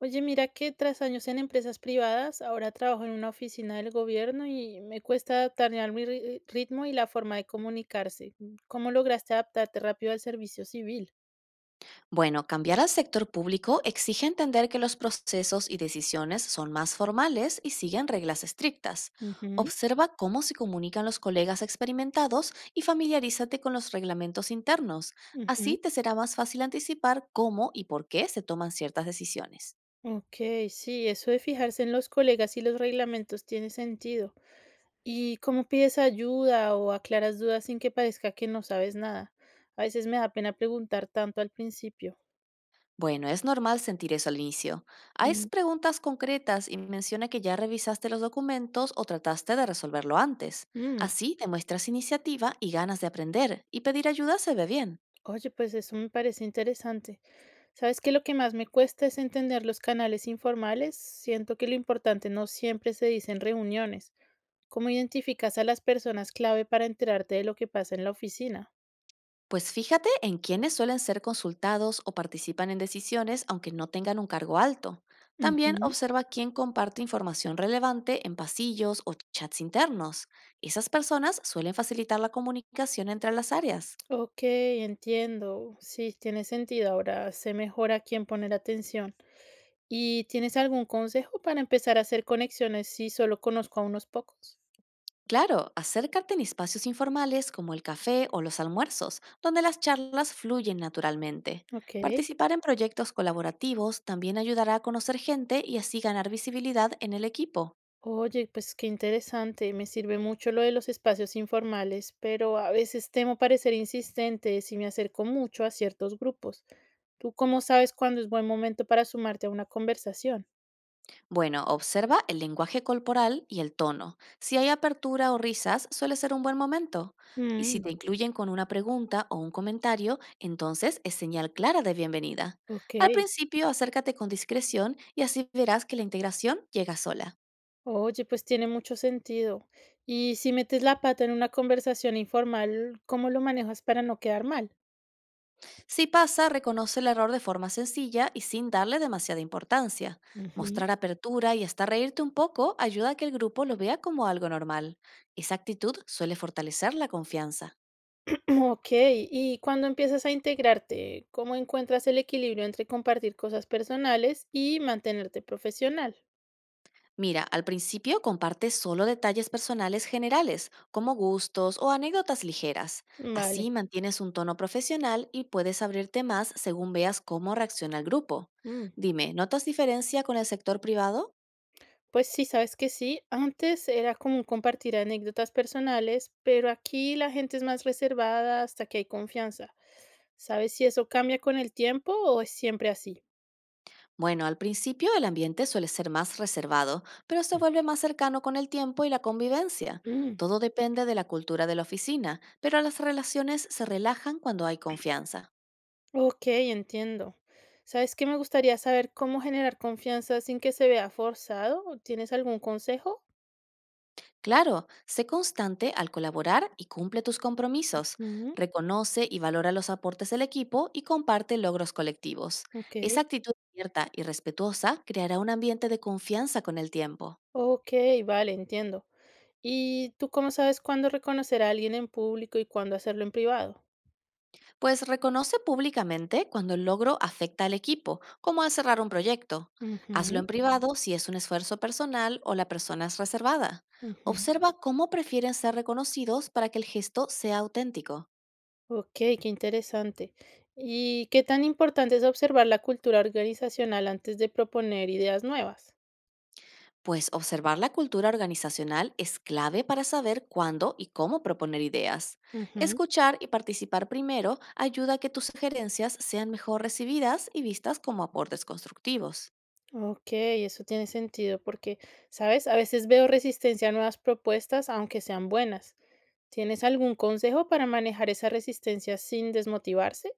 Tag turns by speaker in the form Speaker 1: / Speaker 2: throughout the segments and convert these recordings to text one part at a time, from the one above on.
Speaker 1: Oye, mira que tras años en empresas privadas, ahora trabajo en una oficina del gobierno y me cuesta adaptarme al ritmo y la forma de comunicarse. ¿Cómo lograste adaptarte rápido al servicio civil?
Speaker 2: Bueno, cambiar al sector público exige entender que los procesos y decisiones son más formales y siguen reglas estrictas.
Speaker 1: Ujú,
Speaker 2: Observa cómo se comunican los colegas experimentados y familiarízate con los reglamentos internos. Así
Speaker 1: ujú.
Speaker 2: te será más fácil anticipar cómo y por qué se toman ciertas decisiones.
Speaker 1: Ok, sí, eso de fijarse en los colegas y los reglamentos tiene sentido. ¿Y cómo pides ayuda o aclaras dudas sin que parezca que no sabes nada? A veces me da pena preguntar tanto al principio.
Speaker 2: Bueno, es normal sentir eso al inicio. Haz
Speaker 1: Mm,
Speaker 2: preguntas concretas y menciona que ya revisaste los documentos o trataste de resolverlo antes.
Speaker 1: mm.
Speaker 2: Así demuestras iniciativa y ganas de aprender, y pedir ayuda se ve bien.
Speaker 1: Oye, pues eso me parece interesante. ¿Sabes qué? Lo que más me cuesta es entender los canales informales. Siento que lo importante no siempre se dice en reuniones. ¿Cómo identificas a las personas clave para enterarte de lo que pasa en la oficina?
Speaker 2: Pues fíjate en quiénes suelen ser consultados o participan en decisiones aunque no tengan un cargo alto. También
Speaker 1: Ujú.
Speaker 2: observa quién comparte información relevante en pasillos o chats internos. Esas personas suelen facilitar la comunicación entre las áreas.
Speaker 1: Ok, entiendo. Sí, tiene sentido. Ahora sé mejor a quién poner atención. ¿Y tienes algún consejo para empezar a hacer conexiones si solo conozco a unos pocos?
Speaker 2: Claro, acércate en espacios informales como el café o los almuerzos, donde las charlas fluyen naturalmente.
Speaker 1: Ok.
Speaker 2: Participar en proyectos colaborativos también ayudará a conocer gente y así ganar visibilidad en el equipo.
Speaker 1: Oye, pues qué interesante, me sirve mucho lo de los espacios informales, pero a veces temo parecer insistente si me acerco mucho a ciertos grupos. ¿Tú cómo sabes cuándo es buen momento para sumarte a una conversación?
Speaker 2: Bueno, observa el lenguaje corporal y el tono. Si hay apertura o risas, suele ser un buen momento. Y si
Speaker 1: Mm,
Speaker 2: te incluyen con una pregunta o un comentario, entonces es señal clara de bienvenida.
Speaker 1: ok.
Speaker 2: Al principio, acércate con discreción y así verás que la integración llega sola.
Speaker 1: Oye, pues tiene mucho sentido. Y si metes la pata en una conversación informal, ¿cómo lo manejas para no quedar mal?
Speaker 2: Si pasa, reconoce el error de forma sencilla y sin darle demasiada importancia.
Speaker 1: Ujú.
Speaker 2: Mostrar apertura y hasta reírte un poco ayuda a que el grupo lo vea como algo normal. Esa actitud suele fortalecer la confianza.
Speaker 1: Ok, y cuando empiezas a integrarte, ¿cómo encuentras el equilibrio entre compartir cosas personales y mantenerte profesional?
Speaker 2: Mira, al principio comparte solo detalles personales generales, como gustos o anécdotas ligeras. Así
Speaker 1: Vale.
Speaker 2: mantienes un tono profesional y puedes abrirte más según veas cómo reacciona el grupo.
Speaker 1: Mm.
Speaker 2: Dime, ¿notas diferencia con el sector privado?
Speaker 1: Pues sí, sabes que sí. Antes era común compartir anécdotas personales, pero aquí la gente es más reservada hasta que hay confianza. ¿Sabes si eso cambia con el tiempo o es siempre así?
Speaker 2: Bueno, al principio el ambiente suele ser más reservado, pero se vuelve más cercano con el tiempo y la convivencia.
Speaker 1: Mm,
Speaker 2: Todo depende de la cultura de la oficina, pero las relaciones se relajan cuando hay confianza.
Speaker 1: ok, entiendo. ¿Sabes qué? Me gustaría saber cómo generar confianza sin que se vea forzado. ¿Tienes algún consejo?
Speaker 2: Claro, sé constante al colaborar y cumple tus compromisos.
Speaker 1: Ujú,
Speaker 2: Reconoce y valora los aportes del equipo y comparte logros colectivos.
Speaker 1: ok,
Speaker 2: Esa actitud abierta y respetuosa creará un ambiente de confianza con el tiempo.
Speaker 1: ok, vale, entiendo. ¿Y tú cómo sabes cuándo reconocer a alguien en público y cuándo hacerlo en privado?
Speaker 2: Pues reconoce públicamente cuando el logro afecta al equipo, como al cerrar un proyecto. Hazlo en
Speaker 1: Ujú,
Speaker 2: privado si es un esfuerzo personal o la persona es reservada.
Speaker 1: ujú.
Speaker 2: Observa cómo prefieren ser reconocidos para que el gesto sea auténtico.
Speaker 1: Okey, qué interesante. ¿Y qué tan importante es observar la cultura organizacional antes de proponer ideas nuevas?
Speaker 2: Pues observar la cultura organizacional es clave para saber cuándo y cómo proponer ideas.
Speaker 1: Ujú.
Speaker 2: Escuchar y participar primero ayuda a que tus sugerencias sean mejor recibidas y vistas como aportes constructivos.
Speaker 1: Okey, eso tiene sentido porque, ¿sabes? A veces veo resistencia a nuevas propuestas, aunque sean buenas. ¿Tienes algún consejo para manejar esa resistencia sin desmotivarse?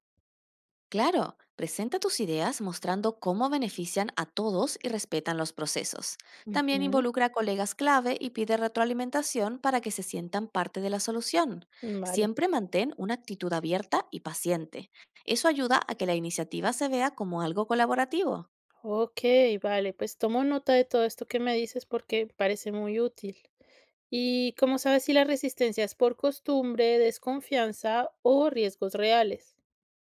Speaker 2: Claro, presenta tus ideas mostrando cómo benefician a todos y respetan los procesos. También
Speaker 1: Ujú.
Speaker 2: involucra a colegas clave y pide retroalimentación para que se sientan parte de la solución.
Speaker 1: Mm, vale.
Speaker 2: Siempre mantén una actitud abierta y paciente. Eso ayuda a que la iniciativa se vea como algo colaborativo.
Speaker 1: Okey, vale, pues tomo nota de todo esto que me dices porque parece muy útil. ¿Y cómo sabes si la resistencia es por costumbre, desconfianza o riesgos reales?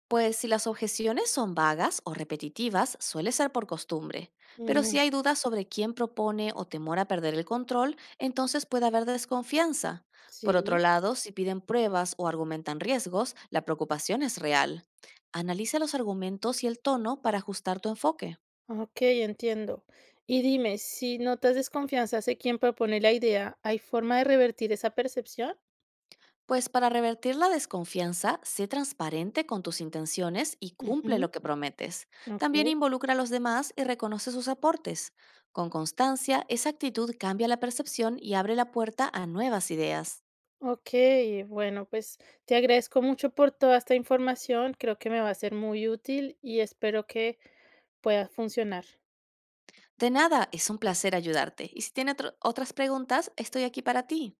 Speaker 2: Pues si las objeciones son vagas o repetitivas, suele ser por costumbre, pero si
Speaker 1: Ujú,
Speaker 2: hay dudas sobre quién propone o temor a perder el control, entonces puede haber desconfianza. Por otro
Speaker 1: sí,
Speaker 2: lado, si piden pruebas o argumentan riesgos, la preocupación es real. Analiza los argumentos y el tono para ajustar tu enfoque.
Speaker 1: ok, entiendo. Y dime, si notas desconfianza hacia quien propone la idea, ¿hay forma de revertir esa percepción?
Speaker 2: Pues para revertir la desconfianza, sé transparente con tus intenciones y cumple lo
Speaker 1: Ujú,
Speaker 2: que prometes.
Speaker 1: ok,
Speaker 2: También involucra a los demás y reconoce sus aportes. Con constancia, esa actitud cambia la percepción y abre la puerta a nuevas ideas.
Speaker 1: ok, bueno, pues te agradezco mucho por toda esta información, creo que me va a ser muy útil y espero que pueda funcionar.
Speaker 2: De nada, es un placer ayudarte. Y si tienes otras preguntas, estoy aquí para ti.